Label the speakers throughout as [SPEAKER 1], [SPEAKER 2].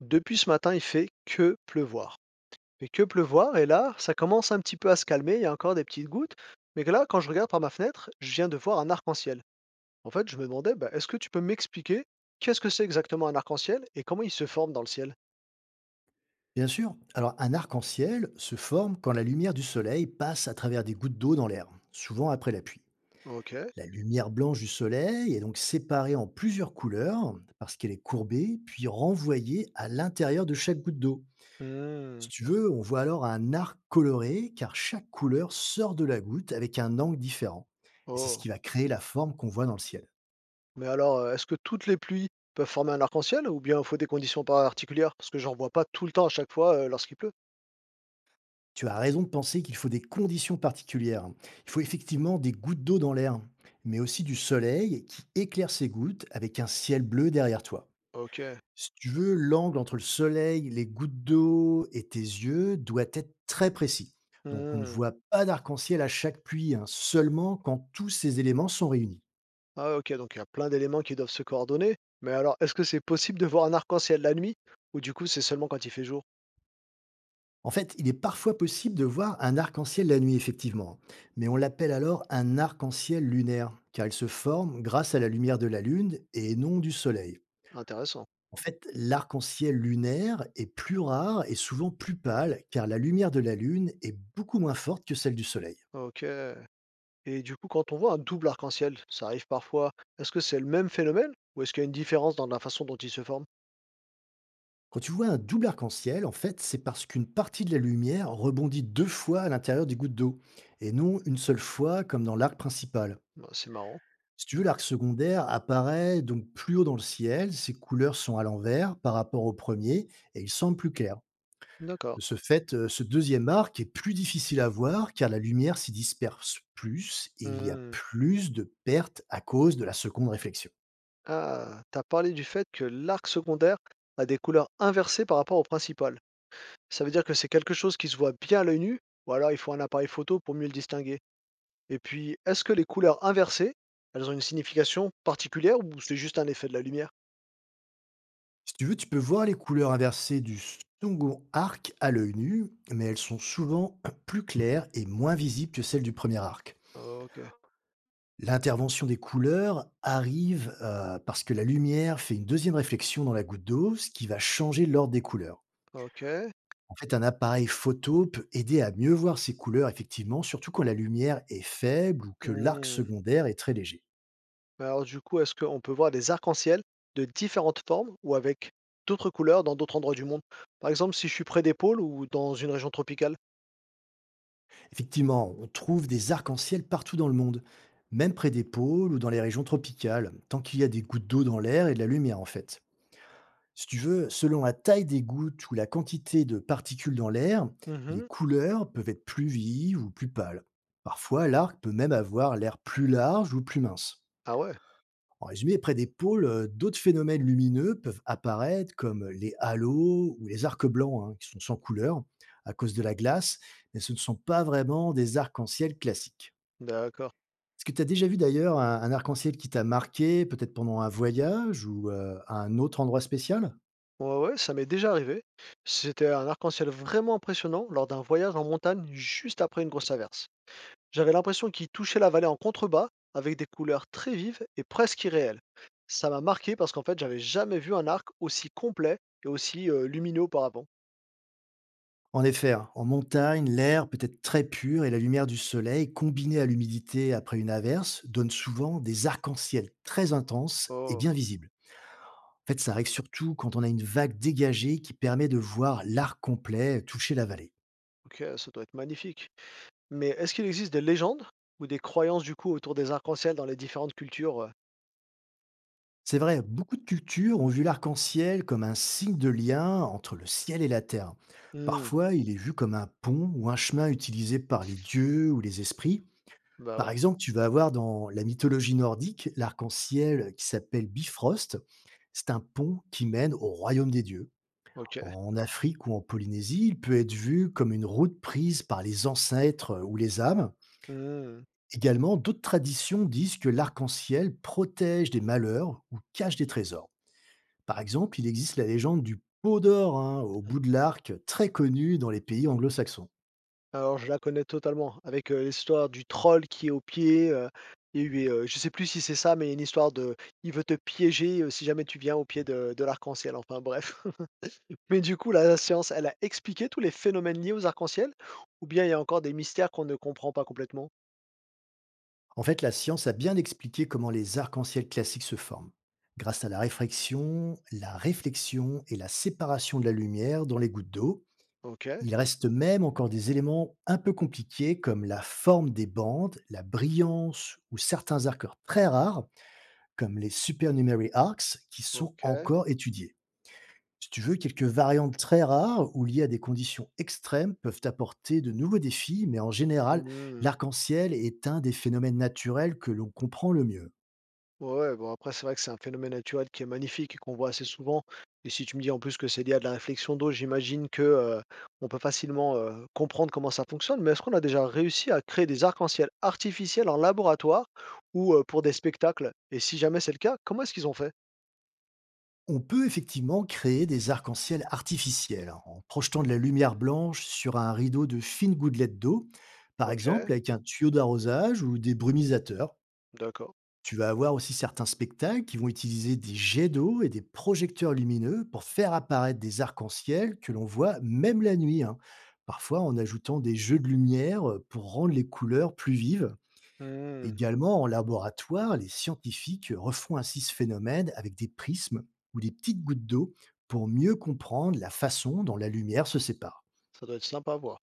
[SPEAKER 1] Depuis ce matin, il fait que pleuvoir. Il fait que pleuvoir et là, ça commence un petit peu à se calmer, il y a encore des petites gouttes, mais que là, quand je regarde par ma fenêtre, je viens de voir un arc-en-ciel. En fait, je me demandais, bah, est-ce que tu peux m'expliquer qu'est-ce que c'est exactement un arc-en-ciel et comment il se forme dans le ciel?
[SPEAKER 2] Bien sûr. Alors, un arc-en-ciel se forme quand la lumière du soleil passe à travers des gouttes d'eau dans l'air, souvent après la pluie.
[SPEAKER 1] Ok.
[SPEAKER 2] La lumière blanche du soleil est donc séparée en plusieurs couleurs parce qu'elle est courbée, puis renvoyée à l'intérieur de chaque goutte d'eau. Si
[SPEAKER 1] Hmm.
[SPEAKER 2] tu veux, on voit alors un arc coloré car chaque couleur sort de la goutte avec un angle différent. Et c'est ce
[SPEAKER 1] Oh.
[SPEAKER 2] qui va créer la forme qu'on voit dans le ciel.
[SPEAKER 1] Mais alors, est-ce que toutes les pluies peuvent former un arc-en-ciel ou bien il faut des conditions particulières? Parce que j'en vois pas tout le temps à chaque fois lorsqu'il pleut.
[SPEAKER 2] Tu as raison de penser qu'il faut des conditions particulières. Il faut effectivement des gouttes d'eau dans l'air, mais aussi du soleil qui éclaire ces gouttes avec un ciel bleu derrière toi.
[SPEAKER 1] Ok.
[SPEAKER 2] Si tu veux, l'angle entre le soleil, les gouttes d'eau et tes yeux doit être très précis. Donc on ne
[SPEAKER 1] Hmm.
[SPEAKER 2] voit pas d'arc-en-ciel à chaque pluie, hein, seulement quand tous ces éléments sont réunis.
[SPEAKER 1] Ah ouais, OK, donc il y a plein d'éléments qui doivent se coordonner. Mais alors, est-ce que c'est possible de voir un arc-en-ciel la nuit? Ou du coup, c'est seulement quand il fait jour?
[SPEAKER 2] En fait, il est parfois possible de voir un arc-en-ciel la nuit, effectivement, mais on l'appelle alors un arc-en-ciel lunaire, car il se forme grâce à la lumière de la Lune et non du Soleil.
[SPEAKER 1] Intéressant.
[SPEAKER 2] En fait, l'arc-en-ciel lunaire est plus rare et souvent plus pâle car la lumière de la Lune est beaucoup moins forte que celle du Soleil.
[SPEAKER 1] OK. Et du coup, quand on voit un double arc-en-ciel, ça arrive parfois, est-ce que c'est le même phénomène? Ou est-ce qu'il y a une différence dans la façon dont il se forme?
[SPEAKER 2] Quand tu vois un double arc-en-ciel, en fait, c'est parce qu'une partie de la lumière rebondit deux fois à l'intérieur des gouttes d'eau et non une seule fois comme dans l'arc principal.
[SPEAKER 1] Bah, c'est marrant.
[SPEAKER 2] Si tu veux, l'arc secondaire apparaît donc plus haut dans le ciel, ses couleurs sont à l'envers par rapport au premier et il semble plus clair. De
[SPEAKER 1] D'accord.
[SPEAKER 2] ce fait, ce deuxième arc est plus difficile à voir car la lumière s'y disperse plus et il y a
[SPEAKER 1] Hmm.
[SPEAKER 2] plus de pertes à cause de la seconde réflexion.
[SPEAKER 1] Ah, t'as parlé du fait que l'arc secondaire a des couleurs inversées par rapport au principal. Ça veut dire que c'est quelque chose qui se voit bien à l'œil nu, ou alors il faut un appareil photo pour mieux le distinguer. Et puis, est-ce que les couleurs inversées, elles ont une signification particulière ou c'est juste un effet de la lumière?
[SPEAKER 2] Si tu veux, tu peux voir les couleurs inversées du second arc à l'œil nu, mais elles sont souvent plus claires et moins visibles que celles du premier arc.
[SPEAKER 1] OK,
[SPEAKER 2] L'intervention des couleurs arrive, parce que la lumière fait une deuxième réflexion dans la goutte d'eau, ce qui va changer l'ordre des couleurs.
[SPEAKER 1] OK.
[SPEAKER 2] En fait, un appareil photo peut aider à mieux voir ses couleurs, effectivement, surtout quand la lumière est faible ou que l'arc
[SPEAKER 1] Mmh.
[SPEAKER 2] secondaire est très léger.
[SPEAKER 1] Alors du coup, est-ce qu'on peut voir des arcs-en-ciel de différentes formes ou avec d'autres couleurs dans d'autres endroits du monde? Par exemple, si je suis près des pôles ou dans une région tropicale?
[SPEAKER 2] Effectivement, on trouve des arcs-en-ciel partout dans le monde, même près des pôles ou dans les régions tropicales, tant qu'il y a des gouttes d'eau dans l'air et de la lumière, en fait. Si tu veux, selon la taille des gouttes ou la quantité de particules dans l'air, les
[SPEAKER 1] Mmh.
[SPEAKER 2] couleurs peuvent être plus vives ou plus pâles. Parfois, l'arc peut même avoir l'air plus large ou plus mince.
[SPEAKER 1] Ah ouais?
[SPEAKER 2] En résumé, près des pôles, d'autres phénomènes lumineux peuvent apparaître comme les halos ou les arcs blancs, hein, qui sont sans couleur à cause de la glace, mais ce ne sont pas vraiment des arcs-en-ciel classiques.
[SPEAKER 1] D'accord.
[SPEAKER 2] Est-ce que tu as déjà vu d'ailleurs un arc-en-ciel qui t'a marqué, peut-être pendant un voyage ou, à un autre endroit spécial?
[SPEAKER 1] Ouais, ouais, ça m'est déjà arrivé. C'était un arc-en-ciel vraiment impressionnant lors d'un voyage en montagne juste après une grosse averse. J'avais l'impression qu'il touchait la vallée en contrebas, avec des couleurs très vives et presque irréelles. Ça m'a marqué parce qu'en fait, j'avais jamais vu un arc aussi complet et aussi lumineux auparavant.
[SPEAKER 2] En effet, hein, en montagne, l'air peut être très pur et la lumière du soleil, combinée à l'humidité après une averse, donne souvent des arcs-en-ciel très intenses et
[SPEAKER 1] Oh,
[SPEAKER 2] bien visibles. En fait, ça arrive surtout quand on a une vague dégagée qui permet de voir l'arc complet toucher la vallée.
[SPEAKER 1] ok, ça doit être magnifique. Mais est-ce qu'il existe des légendes ou des croyances du coup autour des arcs-en-ciel dans les différentes cultures euh.
[SPEAKER 2] C'est vrai, beaucoup de cultures ont vu l'arc-en-ciel comme un signe de lien entre le ciel et la terre.
[SPEAKER 1] Hmm.
[SPEAKER 2] Parfois, il est vu comme un pont ou un chemin utilisé par les dieux ou les esprits.
[SPEAKER 1] Bah
[SPEAKER 2] Par
[SPEAKER 1] ouais,
[SPEAKER 2] exemple, tu vas avoir dans la mythologie nordique l'arc-en-ciel qui s'appelle Bifrost. C'est un pont qui mène au royaume des dieux.
[SPEAKER 1] ok.
[SPEAKER 2] En Afrique ou en Polynésie, il peut être vu comme une route prise par les ancêtres ou les âmes.
[SPEAKER 1] Hmm.
[SPEAKER 2] Également, d'autres traditions disent que l'arc-en-ciel protège des malheurs ou cache des trésors. Par exemple, il existe la légende du pot d'or, hein, au bout de l'arc, très connue dans les pays anglo-saxons.
[SPEAKER 1] Alors je la connais totalement, avec l'histoire du troll qui est au pied. Il y a eu, je sais plus si c'est ça, mais une histoire de il veut te piéger si jamais tu viens au pied de l'arc-en-ciel. Enfin bref. Mais du coup, la science, elle a expliqué tous les phénomènes liés aux arcs-en-ciel? Ou bien il y a encore des mystères qu'on ne comprend pas complètement?
[SPEAKER 2] En fait, la science a bien expliqué comment les arcs-en-ciel classiques se forment, grâce à la réfraction, la réflexion et la séparation de la lumière dans les gouttes d'eau.
[SPEAKER 1] OK,
[SPEAKER 2] Il reste même encore des éléments un peu compliqués comme la forme des bandes, la brillance ou certains arcs très rares comme les supernumerary arcs qui sont
[SPEAKER 1] OK.
[SPEAKER 2] encore étudiés. Si tu veux, quelques variantes très rares ou liées à des conditions extrêmes peuvent apporter de nouveaux défis, mais en général,
[SPEAKER 1] Mmh.
[SPEAKER 2] l'arc-en-ciel est un des phénomènes naturels que l'on comprend le mieux.
[SPEAKER 1] Ouais, bon après c'est vrai que c'est un phénomène naturel qui est magnifique et qu'on voit assez souvent et si tu me dis en plus que c'est lié à de la réflexion d'eau, j'imagine que, on peut facilement, comprendre comment ça fonctionne. Mais est-ce qu'on a déjà réussi à créer des arcs-en-ciel artificiels en laboratoire ou, pour des spectacles? Et si jamais c'est le cas, comment est-ce qu'ils ont fait?
[SPEAKER 2] On peut effectivement créer des arcs-en-ciel artificiels, hein, en projetant de la lumière blanche sur un rideau de fines gouttelettes d'eau, par
[SPEAKER 1] OK,
[SPEAKER 2] exemple avec un tuyau d'arrosage ou des brumisateurs.
[SPEAKER 1] d'accord.
[SPEAKER 2] Tu vas avoir aussi certains spectacles qui vont utiliser des jets d'eau et des projecteurs lumineux pour faire apparaître des arcs-en-ciel que l'on voit même la nuit, hein, parfois en ajoutant des jeux de lumière pour rendre les couleurs plus vives.
[SPEAKER 1] Mmh,
[SPEAKER 2] Également, en laboratoire, les scientifiques refont ainsi ce phénomène avec des prismes ou des petites gouttes d'eau pour mieux comprendre la façon dont la lumière se sépare.
[SPEAKER 1] ça doit être sympa à voir.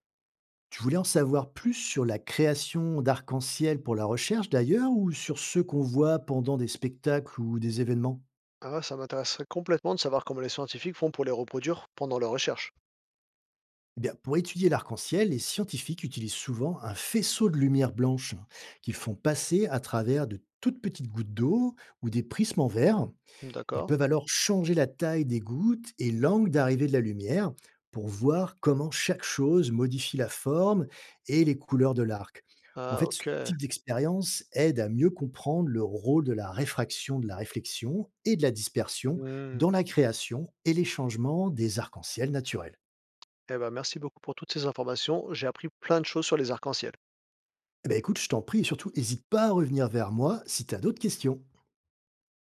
[SPEAKER 2] Tu voulais en savoir plus sur la création d'arc-en-ciel pour la recherche d'ailleurs ou sur ceux qu'on voit pendant des spectacles ou des événements?
[SPEAKER 1] Ah, ouais, ça m'intéresserait complètement de savoir comment les scientifiques font pour les reproduire pendant leurs recherches.
[SPEAKER 2] Eh bien, pour étudier l'arc-en-ciel, les scientifiques utilisent souvent un faisceau de lumière blanche qu'ils font passer à travers de toutes petites gouttes d'eau ou des prismes en verre. Ils
[SPEAKER 1] D'accord.
[SPEAKER 2] peuvent alors changer la taille des gouttes et l'angle d'arrivée de la lumière pour voir comment chaque chose modifie la forme et les couleurs de l'arc. En
[SPEAKER 1] Ah,
[SPEAKER 2] fait, ce
[SPEAKER 1] OK.
[SPEAKER 2] type d'expérience aide à mieux comprendre le rôle de la réfraction, de la réflexion et de la dispersion
[SPEAKER 1] Mmh.
[SPEAKER 2] dans la création et les changements des arcs-en-ciel naturels.
[SPEAKER 1] Eh ben, merci beaucoup pour toutes ces informations. J'ai appris plein de choses sur les arcs-en-ciel.
[SPEAKER 2] Eh ben, écoute, je t'en prie et surtout, n'hésite pas à revenir vers moi si tu as d'autres questions.